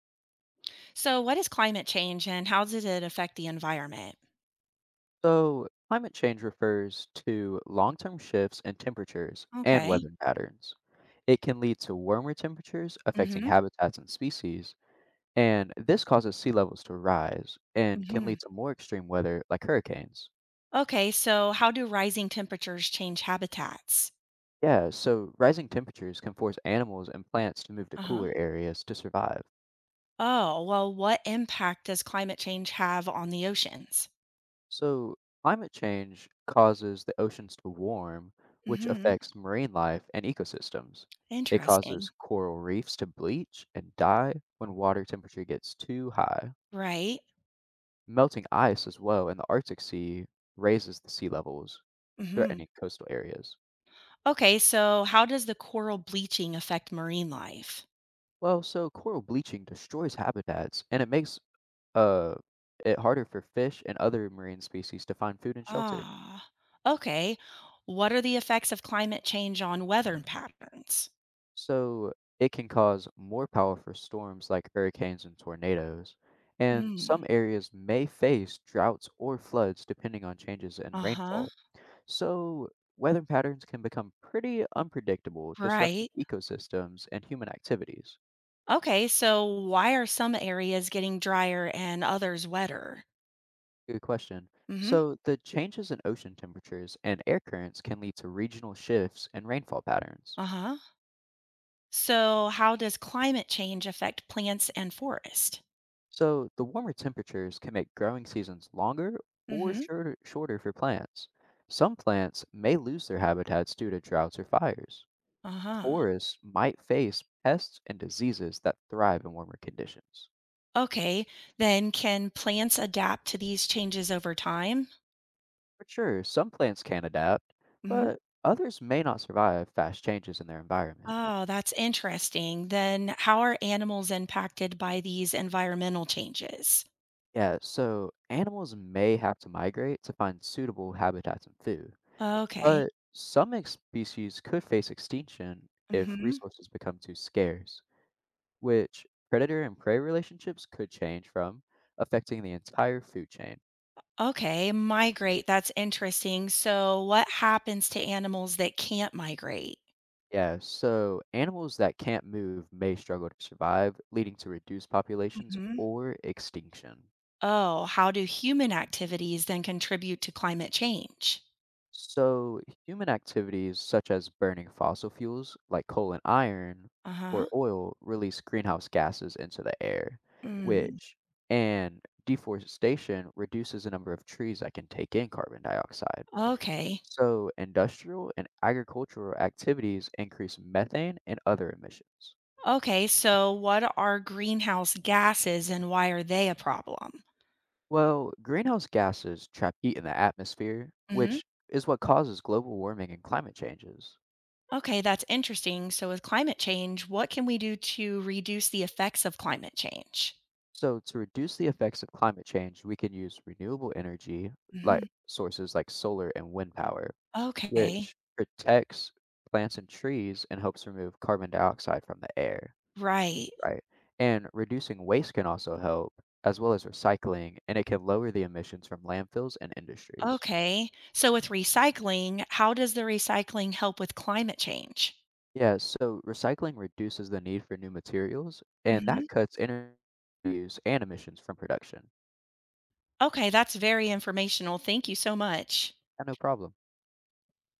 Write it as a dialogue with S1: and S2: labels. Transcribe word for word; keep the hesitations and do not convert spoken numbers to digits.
S1: So, what is climate change and how does it affect the environment?
S2: So, climate change refers to long term shifts in temperatures and
S1: Okay.
S2: weather patterns. It can lead to warmer temperatures affecting
S1: Mhm.
S2: habitats and species, and this causes sea levels to rise and can lead
S1: Mhm.
S2: to more extreme weather like hurricanes.
S1: Okay, so how do rising temperatures change habitats?
S2: Yeah, so rising temperatures can force animals and plants to move to
S1: Uh-huh.
S2: cooler areas to survive.
S1: Oh, well, what impact does climate change have on the oceans?
S2: So, climate change causes the oceans to warm, which
S1: Mhm.
S2: affects marine life and ecosystems. It causes
S1: Interesting.
S2: coral reefs to bleach and die when water temperature gets too high.
S1: Right?
S2: Melting ice as well in the Arctic Sea raises the sea levels,
S1: Mhm.
S2: threatening coastal areas.
S1: Okay, so how does the coral bleaching affect marine life?
S2: Well, so coral bleaching destroys habitats and it makes uh, it harder for fish and other marine species to find food and shelter.
S1: Ah. Okay. What are the effects of climate change on weather patterns?
S2: So it can cause more powerful storms like hurricanes and tornadoes, and
S1: Mm.
S2: some areas may face droughts or floods depending on changes in
S1: Uh-huh.
S2: rainfall. So weather patterns can become pretty unpredictable, disrupting
S1: Right.
S2: ecosystems and human activities.
S1: Okay, so why are some areas getting drier and others wetter?
S2: Good question.
S1: Hmm.
S2: So the changes in ocean temperatures and air currents can lead to regional shifts in rainfall patterns.
S1: Uh-huh. So how does climate change affect plants and forest?
S2: So, the warmer temperatures can make growing seasons longer or
S1: Hmm.
S2: shorter, shorter for plants. Some plants may lose their habitats due to droughts or fires.
S1: Uh-huh.
S2: Forests might face pests and diseases that thrive in warmer conditions.
S1: Okay, then can plants adapt to these changes over time?
S2: For sure, some plants can adapt,
S1: Hmm.
S2: but others may not survive fast changes in their environment.
S1: Oh, that's interesting. Then how are animals impacted by these environmental changes?
S2: Yeah, so animals may have to migrate to find suitable habitats and food,
S1: Okay.
S2: but some ex- species could face extinction if
S1: Hmm.
S2: resources become too scarce, which predator and prey relationships could change from, affecting the entire food chain.
S1: Okay, migrate. That's interesting. So what happens to animals that can't migrate?
S2: Yeah, so animals that can't move may struggle to survive, leading to reduced populations
S1: Mhm.
S2: or extinction.
S1: Oh, how do human activities then contribute to climate change?
S2: So, human activities such as burning fossil fuels like coal and iron
S1: Uh-huh.
S2: or oil release greenhouse gases into the air,
S1: Mm.
S2: which and deforestation reduces the number of trees that can take in carbon dioxide.
S1: Okay.
S2: So, industrial and agricultural activities increase methane and other emissions.
S1: Okay, so what are greenhouse gases and why are they a problem?
S2: Well, greenhouse gases trap heat in the atmosphere,
S1: Mhm.
S2: which is what causes global warming and climate changes.
S1: Okay, that's interesting. So with climate change, what can we do to reduce the effects of climate change?
S2: So, to reduce the effects of climate change, we can use renewable energy, like
S1: Mhm.
S2: sources like solar and wind power,
S1: Okay.
S2: which protects plants and trees and helps remove carbon dioxide from the air.
S1: Right.
S2: Right. And reducing waste can also help, as well as recycling, and it can lower the emissions from landfills and industries.
S1: Okay. So with recycling, how does the recycling help with climate change?
S2: Yeah, so recycling reduces the need for new materials, and
S1: Mhm.
S2: that cuts energy use and emissions from production.
S1: Okay, that's very informational. Thank you so much.
S2: Yeah, no problem.